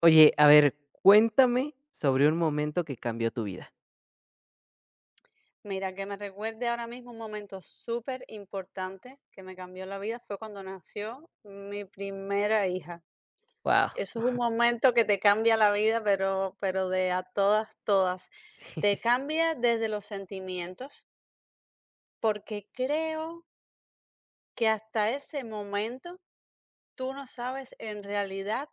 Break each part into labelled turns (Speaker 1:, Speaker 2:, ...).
Speaker 1: Oye, a ver, cuéntame sobre un momento que cambió tu vida.
Speaker 2: Mira, que me recuerde ahora mismo un momento súper importante que me cambió la vida fue cuando nació mi primera hija.
Speaker 1: Wow.
Speaker 2: Eso es un momento que te cambia la vida, pero de a todas, todas.
Speaker 1: Sí, sí,
Speaker 2: Te
Speaker 1: sí.
Speaker 2: cambia desde los sentimientos, porque creo que hasta ese momento tú no sabes en realidad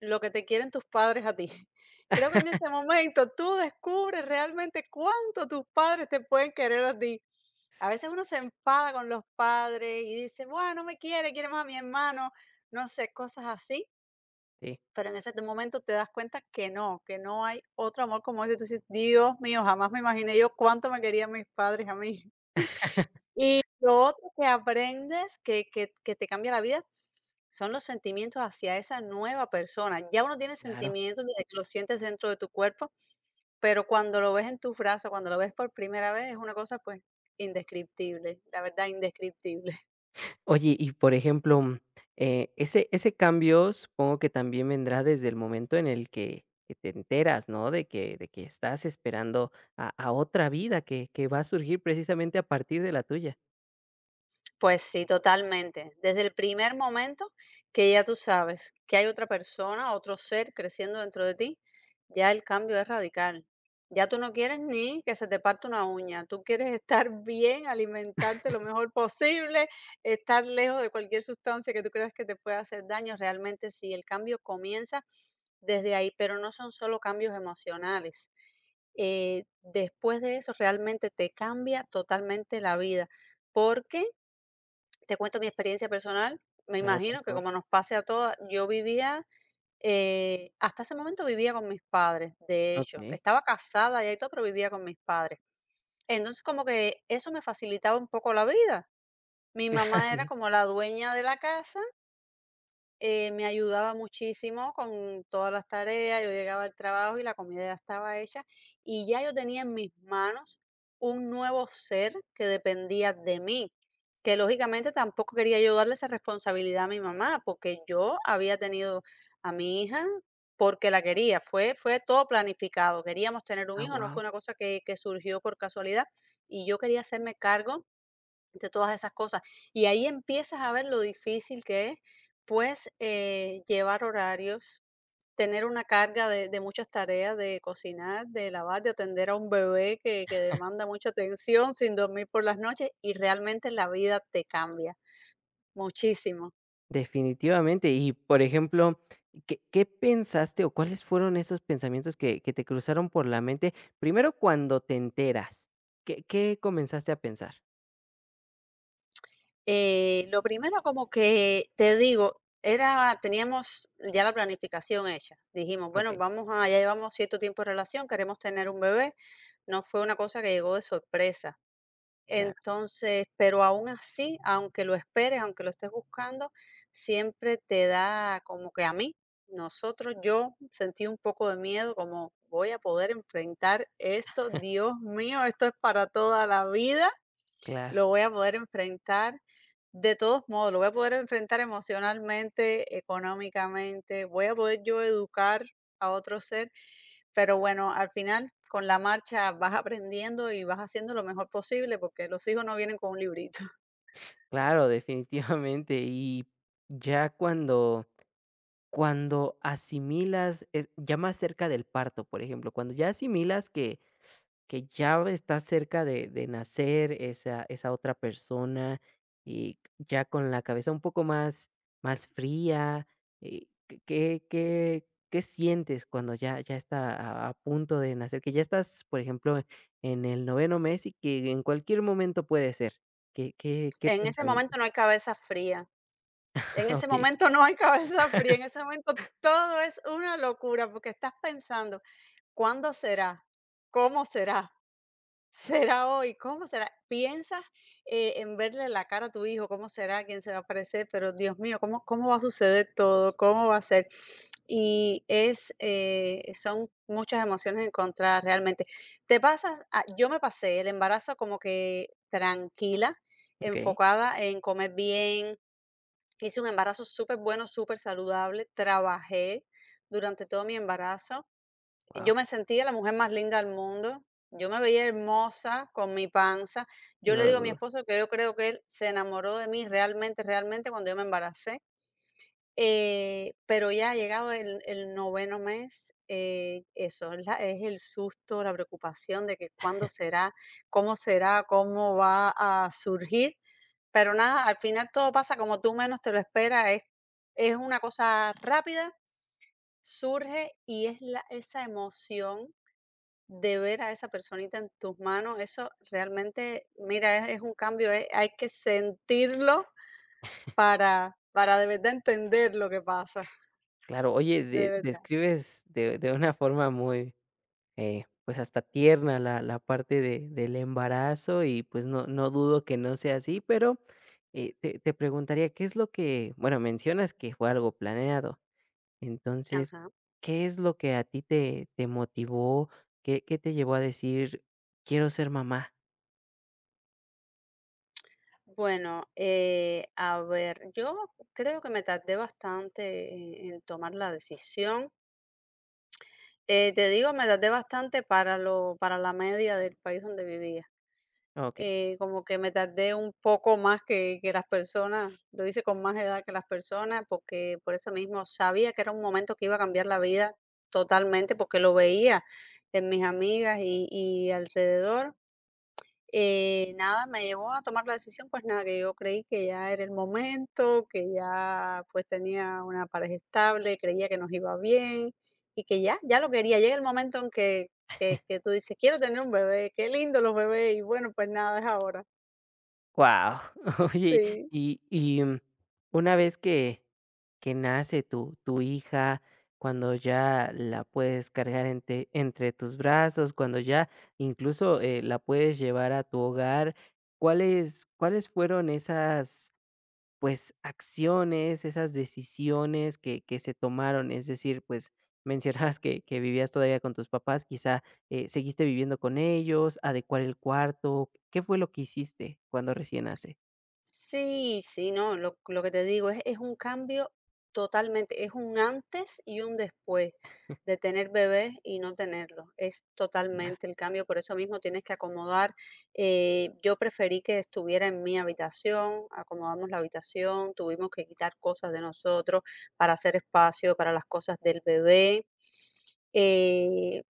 Speaker 2: lo que te quieren tus padres a ti. Creo que en ese momento tú descubres realmente cuánto tus padres te pueden querer a ti. A veces uno se enfada con los padres y dice, bueno, no me quiere, quiere más a mi hermano, no sé, cosas así.
Speaker 1: Sí.
Speaker 2: Pero en ese momento te das cuenta que no hay otro amor como ese. Tú dices, Dios mío, jamás me imaginé yo cuánto me querían mis padres a mí. Y lo otro que aprendes que te cambia la vida son los sentimientos hacia esa nueva persona. Ya uno tiene
Speaker 1: Claro.
Speaker 2: sentimientos desde que lo sientes dentro de tu cuerpo, pero cuando lo ves en tus brazos, cuando lo ves por primera vez, es una cosa, pues, indescriptible, la verdad, indescriptible.
Speaker 1: Oye, y por ejemplo, ese cambio supongo que también vendrá desde el momento en el que te enteras, ¿no? De que estás esperando a otra vida que va a surgir precisamente a partir de la tuya.
Speaker 2: Pues sí, totalmente. Desde el primer momento que ya tú sabes que hay otra persona, otro ser creciendo dentro de ti, ya el cambio es radical. Ya tú no quieres ni que se te parte una uña, tú quieres estar bien, alimentarte lo mejor posible, estar lejos de cualquier sustancia que tú creas que te pueda hacer daño. Realmente sí, el cambio comienza desde ahí, pero no son solo cambios emocionales. Después de eso realmente te cambia totalmente la vida, porque te cuento mi experiencia personal, me
Speaker 1: Claro, por
Speaker 2: imagino que
Speaker 1: favor.
Speaker 2: como nos pase a todas, yo vivía, hasta ese momento vivía con mis padres, de hecho,
Speaker 1: Okey.
Speaker 2: estaba casada ya y ahí todo, pero vivía con mis padres. Entonces como que eso me facilitaba un poco la vida. Mi
Speaker 1: Claro,
Speaker 2: mamá era
Speaker 1: sí.
Speaker 2: como la dueña de la casa. Me ayudaba muchísimo con todas las tareas, yo llegaba al trabajo y la comida ya estaba hecha y ya yo tenía en mis manos un nuevo ser que dependía de mí, que lógicamente tampoco quería yo darle esa responsabilidad a mi mamá, porque yo había tenido a mi hija porque la quería, fue todo planificado, queríamos tener un
Speaker 1: Ah,
Speaker 2: hijo, no
Speaker 1: wow.
Speaker 2: fue una cosa que surgió por casualidad y yo quería hacerme cargo de todas esas cosas. Y ahí empiezas a ver lo difícil que es, pues, llevar horarios, tener una carga de muchas tareas, de cocinar, de lavar, de atender a un bebé que demanda mucha atención sin dormir por las noches y realmente la vida te cambia muchísimo.
Speaker 1: Definitivamente. Y, por ejemplo, ¿qué pensaste o cuáles fueron esos pensamientos que te cruzaron por la mente? Primero, cuando te enteras, ¿qué comenzaste a pensar?
Speaker 2: Lo primero como que te digo, era, teníamos ya la planificación hecha. Dijimos, bueno,
Speaker 1: Okey,
Speaker 2: vamos a, ya llevamos cierto tiempo de relación, queremos tener un bebé. No fue una cosa que llegó de sorpresa.
Speaker 1: claro,
Speaker 2: Entonces, pero aún así, aunque lo esperes, aunque lo estés buscando, siempre te da como que a mí, nosotros, yo sentí un poco de miedo, como voy a poder enfrentar esto, Dios mío, esto es para toda la vida,
Speaker 1: claro,
Speaker 2: lo voy a poder enfrentar de todos modos, lo voy a poder enfrentar emocionalmente, económicamente, voy a poder yo educar a otro ser. Pero bueno, al final, con la marcha vas aprendiendo y vas haciendo lo mejor posible, porque los hijos no vienen con un librito.
Speaker 1: claro, definitivamente. Y ya cuando asimilas, es ya más cerca del parto, por ejemplo, cuando ya asimilas que ya está cerca de nacer esa otra persona, y ya con la cabeza un poco más fría, ¿qué sientes cuando ya está a punto de nacer? Que ya estás, por ejemplo, en el noveno mes, y que en cualquier momento puede ser. ¿Qué
Speaker 2: En ese momento no
Speaker 1: pensamientos?
Speaker 2: hay cabeza fría, en ese
Speaker 1: Okey,
Speaker 2: momento no hay cabeza fría, en ese momento todo es una locura, porque estás pensando, ¿cuándo será? ¿Cómo será? ¿Será hoy? ¿Cómo será? Piensas, en verle la cara a tu hijo, cómo será, quién se va a aparecer, pero Dios mío, ¿cómo va a suceder todo? ¿Cómo va a ser? Y es, son muchas emociones encontradas realmente. Te pasas, yo me pasé el embarazo como que tranquila,
Speaker 1: okey,
Speaker 2: enfocada en comer bien. Hice un embarazo súper bueno, súper saludable. Trabajé durante todo mi embarazo. Yo
Speaker 1: wow,
Speaker 2: me sentía la mujer más linda del mundo, yo me veía hermosa con mi panza. Yo
Speaker 1: no
Speaker 2: le
Speaker 1: lo
Speaker 2: digo a mi
Speaker 1: dudo.
Speaker 2: esposo que yo creo que él se enamoró de mí realmente, realmente cuando yo me embaracé. Pero ya ha llegado el noveno mes, eso, es el susto, la preocupación de que cuándo será, cómo va a surgir, pero nada, al final todo pasa como tú menos te lo esperas, es una cosa rápida, surge y es la esa emoción de ver a esa personita en tus manos, eso realmente, mira, es un cambio, hay que sentirlo para de verdad entender lo que pasa,
Speaker 1: Claro, oye,
Speaker 2: de
Speaker 1: de
Speaker 2: verdad.
Speaker 1: describes de una forma muy pues, hasta tierna la parte de del embarazo y, pues, no dudo que no sea así, pero, te preguntaría, ¿qué es lo que? Bueno, mencionas que fue algo planeado. Entonces,
Speaker 2: Ajá.
Speaker 1: ¿qué es lo que a ti te motivó? ¿Qué te llevó a decir: "Quiero ser mamá"?
Speaker 2: Bueno, a ver, yo creo que me tardé bastante en tomar la decisión. Te digo, me tardé bastante para lo, para la media del país donde vivía.
Speaker 1: Okey.
Speaker 2: Como que me tardé un poco más que las personas, lo hice con más edad que las personas, porque por eso mismo sabía que era un momento que iba a cambiar la vida totalmente, porque lo veía en mis amigas y alrededor. Nada, me llevó a tomar la decisión, pues nada, que yo creí que ya era el momento, que ya pues tenía una pareja estable, creía que nos iba bien y que ya, ya lo quería. Llega el momento en que tú dices: "Quiero tener un bebé, qué lindo los bebés", y bueno, pues nada, es ahora.
Speaker 1: Wow. Oye,
Speaker 2: Sí.
Speaker 1: y una vez que nace tu hija, cuando ya la puedes cargar entre tus brazos, cuando ya incluso, la puedes llevar a tu hogar, ¿cuáles fueron esas pues, acciones, esas decisiones que se tomaron? Es decir, pues, mencionabas que vivías todavía con tus papás, quizá, seguiste viviendo con ellos, adecuar el cuarto, ¿qué fue lo que hiciste cuando recién nace?
Speaker 2: Sí, sí, no, lo que te digo es un cambio totalmente, es un antes y un después de tener bebés y no tenerlos. Es
Speaker 1: Ah,
Speaker 2: totalmente el cambio, por eso mismo tienes que acomodar. Yo preferí que estuviera en mi habitación, acomodamos la habitación, tuvimos que quitar cosas de nosotros para hacer espacio para las cosas del bebé. Eh,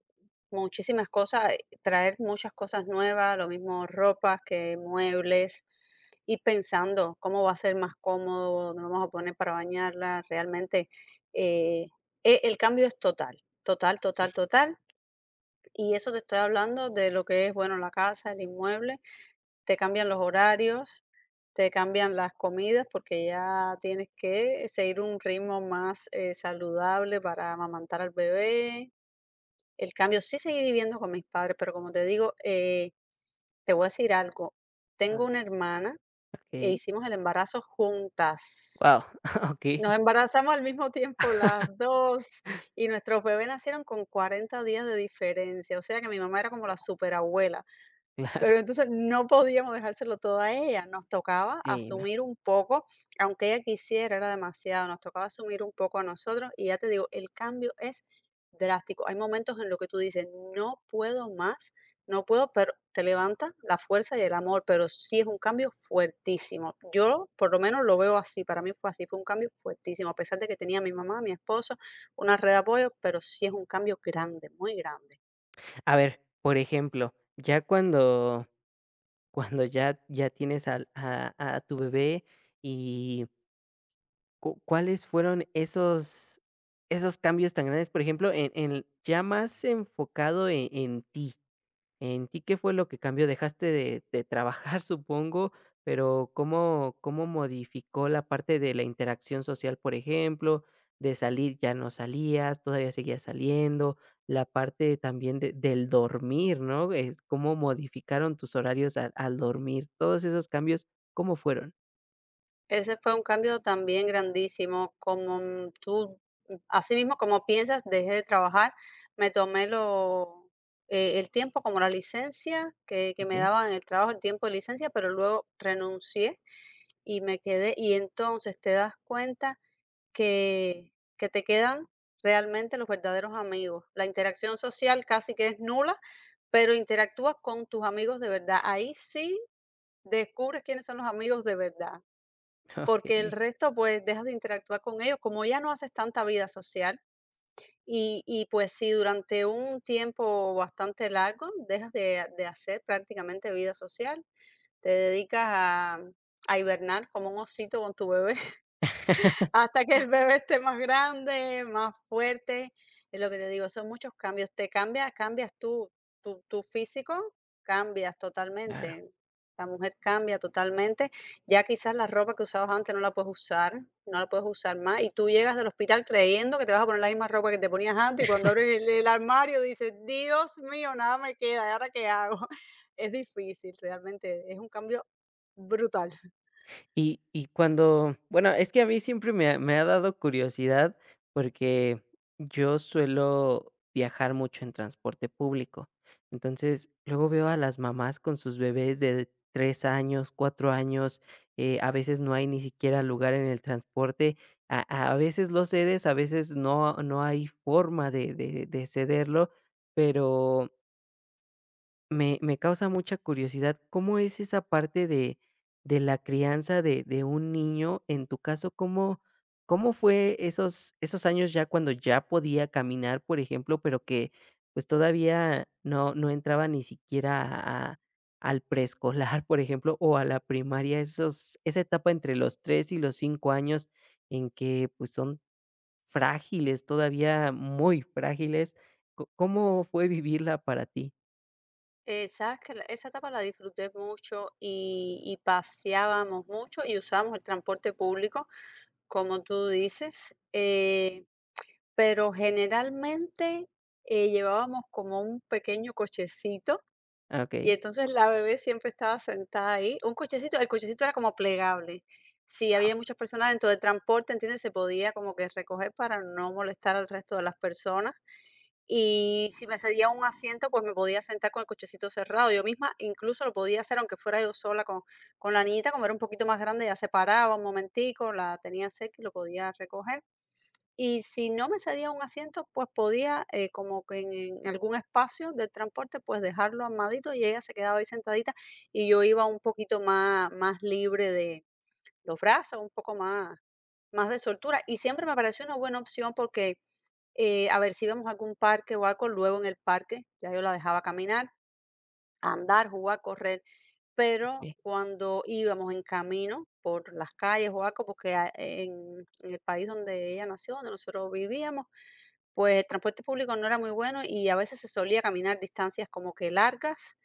Speaker 2: Muchísimas cosas, traer muchas cosas nuevas, lo mismo ropas que muebles, y pensando cómo va a ser más cómodo, nos vamos a poner para bañarla, realmente, eh, el cambio es total, total, total, total, y eso te estoy hablando de lo que es, bueno, la casa, el inmueble, te cambian los horarios, te cambian las comidas, porque ya tienes que seguir un ritmo más, saludable para amamantar al bebé, el cambio, sí seguí viviendo con mis padres, pero como te digo, te voy a decir algo,
Speaker 1: a
Speaker 2: tengo una
Speaker 1: ver,
Speaker 2: hermana e
Speaker 1: okey.
Speaker 2: hicimos el embarazo juntas.
Speaker 1: Guau, okey,
Speaker 2: Nos embarazamos al mismo tiempo las 2 y nuestros bebés nacieron con 40 días de diferencia, o sea que mi mamá era como la superabuela. Pero
Speaker 1: claro.
Speaker 2: entonces no podíamos dejárselo todo a ella, nos tocaba
Speaker 1: Sí, no.
Speaker 2: asumir un poco, aunque ella quisiera, era demasiado, nos tocaba asumir un poco a nosotros y ya te digo, el cambio es drástico. Hay momentos en los que tú dices, no puedo más, no puedo, pero te levanta la fuerza y el amor, pero sí es un cambio fuertísimo. Yo por lo menos lo veo así, para mí fue así, fue un cambio fuertísimo, a pesar de que tenía a mi mamá, a mi esposo, una red de apoyo, pero sí es un cambio grande, muy grande.
Speaker 1: A ver, por ejemplo, ya cuando ya tienes al a tu bebé, y ¿Cu cuáles fueron esos cambios tan grandes? Por ejemplo, en ya más enfocado en ti, ¿qué fue lo que cambió? Dejaste de trabajar, supongo, pero, ¿cómo modificó la parte de la interacción social, por ejemplo? De salir, ya no salías, todavía seguías saliendo, la parte también de del dormir, ¿no? Es, ¿cómo modificaron tus horarios al dormir? Todos esos cambios, ¿cómo fueron?
Speaker 2: Ese fue un cambio también grandísimo, como, mm, tú, mm, así mismo como piensas, dejé de trabajar, me tomé lo el tiempo como la licencia que me
Speaker 1: Okey.
Speaker 2: daban en el trabajo, el tiempo de licencia, pero luego renuncié y me quedé, y entonces te das cuenta que que te quedan realmente los verdaderos amigos. La interacción social casi que es nula, pero interactúas con tus amigos de verdad. Ahí sí descubres quiénes son los amigos de verdad porque el
Speaker 1: Okey,
Speaker 2: resto, pues, dejas de interactuar con ellos, como ya no haces tanta vida social. Y pues si durante un tiempo bastante largo dejas de hacer prácticamente vida social, te dedicas a hibernar como un osito con tu bebé. Hasta que el bebé esté más grande, más fuerte, es lo que te digo, son muchos cambios. Te cambia, cambias tú, tu físico, cambias
Speaker 1: claro.
Speaker 2: totalmente. La mujer cambia totalmente. Ya quizás la ropa que usabas antes no la puedes usar, no la puedes usar más, y tú llegas del hospital creyendo que te vas a poner la misma ropa que te ponías antes, y cuando abres el armario dices: "Dios mío, nada me queda, ¿y ahora qué hago?". Es difícil, realmente es un cambio brutal.
Speaker 1: Y cuando bueno, es que a mí siempre me ha dado curiosidad, porque yo suelo viajar mucho en transporte público. Entonces, luego veo a las mamás con sus bebés de 3 años, 4 años, a veces no hay ni siquiera lugar en el transporte, a a veces lo cedes, a veces no hay forma de cederlo, pero me causa mucha curiosidad, ¿cómo es esa parte de la crianza de un niño? En tu caso, ¿cómo fue esos años ya cuando ya podía caminar, por ejemplo, pero que, pues, todavía no entraba ni siquiera a al preescolar, por ejemplo, o a la primaria? Esos esa etapa entre los 3 y los 5 años en que, pues, son frágiles, todavía muy frágiles, ¿co cómo fue vivirla para ti?
Speaker 2: Sabes que esa etapa la disfruté mucho y paseábamos mucho y usábamos el transporte público, como tú dices, pero generalmente llevábamos como un pequeño cochecito
Speaker 1: Ah,
Speaker 2: y entonces la bebé siempre estaba sentada ahí. Un cochecito, el cochecito era como plegable. Si había muchas personas dentro del transporte, ¿entiendes? Se podía como que recoger para no molestar al resto de las personas y si me cedía un asiento, pues me podía sentar con el cochecito cerrado. Yo misma incluso lo podía hacer, aunque fuera yo sola con la niñita, como era un poquito más grande, ya se paraba un momentico, la tenía cerca y lo podía recoger. Y si no me cedía un asiento, pues podía, como que en algún espacio del transporte, pues dejarlo armadito y ella se quedaba ahí sentadita y yo iba un poquito más, más libre de los brazos, un poco más, más de soltura. Y siempre me pareció una buena opción porque a ver si íbamos a algún parque o algo, luego en el parque ya yo la dejaba caminar, andar, jugar, correr, pero cuando íbamos en camino por las calles o algo, porque en el país donde ella nació, donde nosotros vivíamos, pues el transporte público no era muy bueno y a veces se solía caminar distancias como que largas.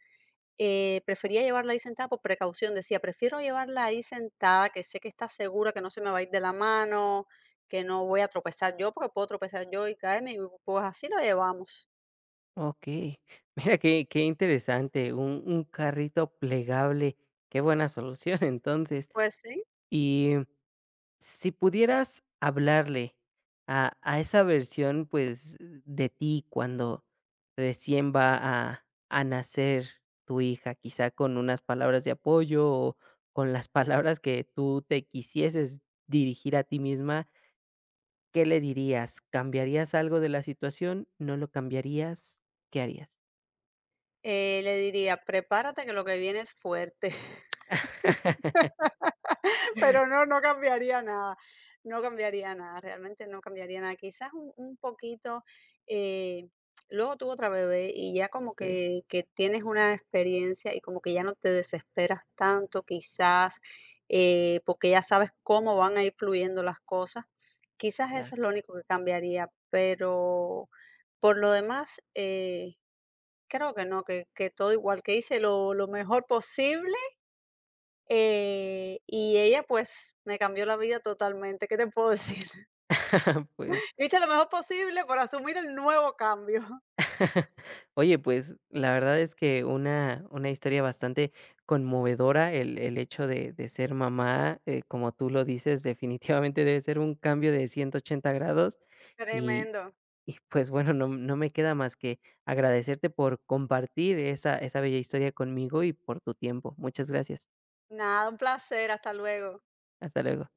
Speaker 2: Prefería llevarla ahí sentada por precaución, decía, prefiero llevarla ahí sentada, que sé que está segura, que no se me va a ir de la mano, que no voy a tropezar yo, porque puedo tropezar yo y caerme, y pues así lo llevamos.
Speaker 1: okey. Mira qué interesante, un carrito plegable, qué buena solución entonces.
Speaker 2: Pues sí,
Speaker 1: Y si pudieras hablarle a esa versión, pues, de ti cuando recién va a nacer tu hija, quizá con unas palabras de apoyo o con las palabras que tú te quisieses dirigir a ti misma, ¿qué le dirías? ¿Cambiarías algo de la situación? ¿No lo cambiarías? ¿Qué harías?
Speaker 2: le diría, prepárate que lo que viene es fuerte. Pero no, no cambiaría nada, no cambiaría nada, realmente no cambiaría nada. Quizás un poquito, eh, luego tuvo otra bebé y ya como
Speaker 1: Okey,
Speaker 2: que tienes una experiencia y como que ya no te desesperas tanto, quizás, porque ya sabes cómo van a ir fluyendo las cosas. Quizás
Speaker 1: claro.
Speaker 2: eso es lo único que cambiaría, pero por lo demás, creo que no, que todo igual, que hice lo mejor posible. Y ella, pues, me cambió la vida totalmente, ¿qué te puedo decir?
Speaker 1: Pues,
Speaker 2: Hice lo mejor posible por asumir el nuevo cambio.
Speaker 1: oye, pues, la verdad es que una historia bastante conmovedora, el hecho de ser mamá, como tú lo dices, definitivamente debe ser un cambio de 180 grados, y
Speaker 2: Tremendo.
Speaker 1: y pues, bueno, no me queda más que agradecerte por compartir esa bella historia conmigo y por tu tiempo. Muchas gracias.
Speaker 2: Nada, un placer, hasta luego.
Speaker 1: Hasta luego.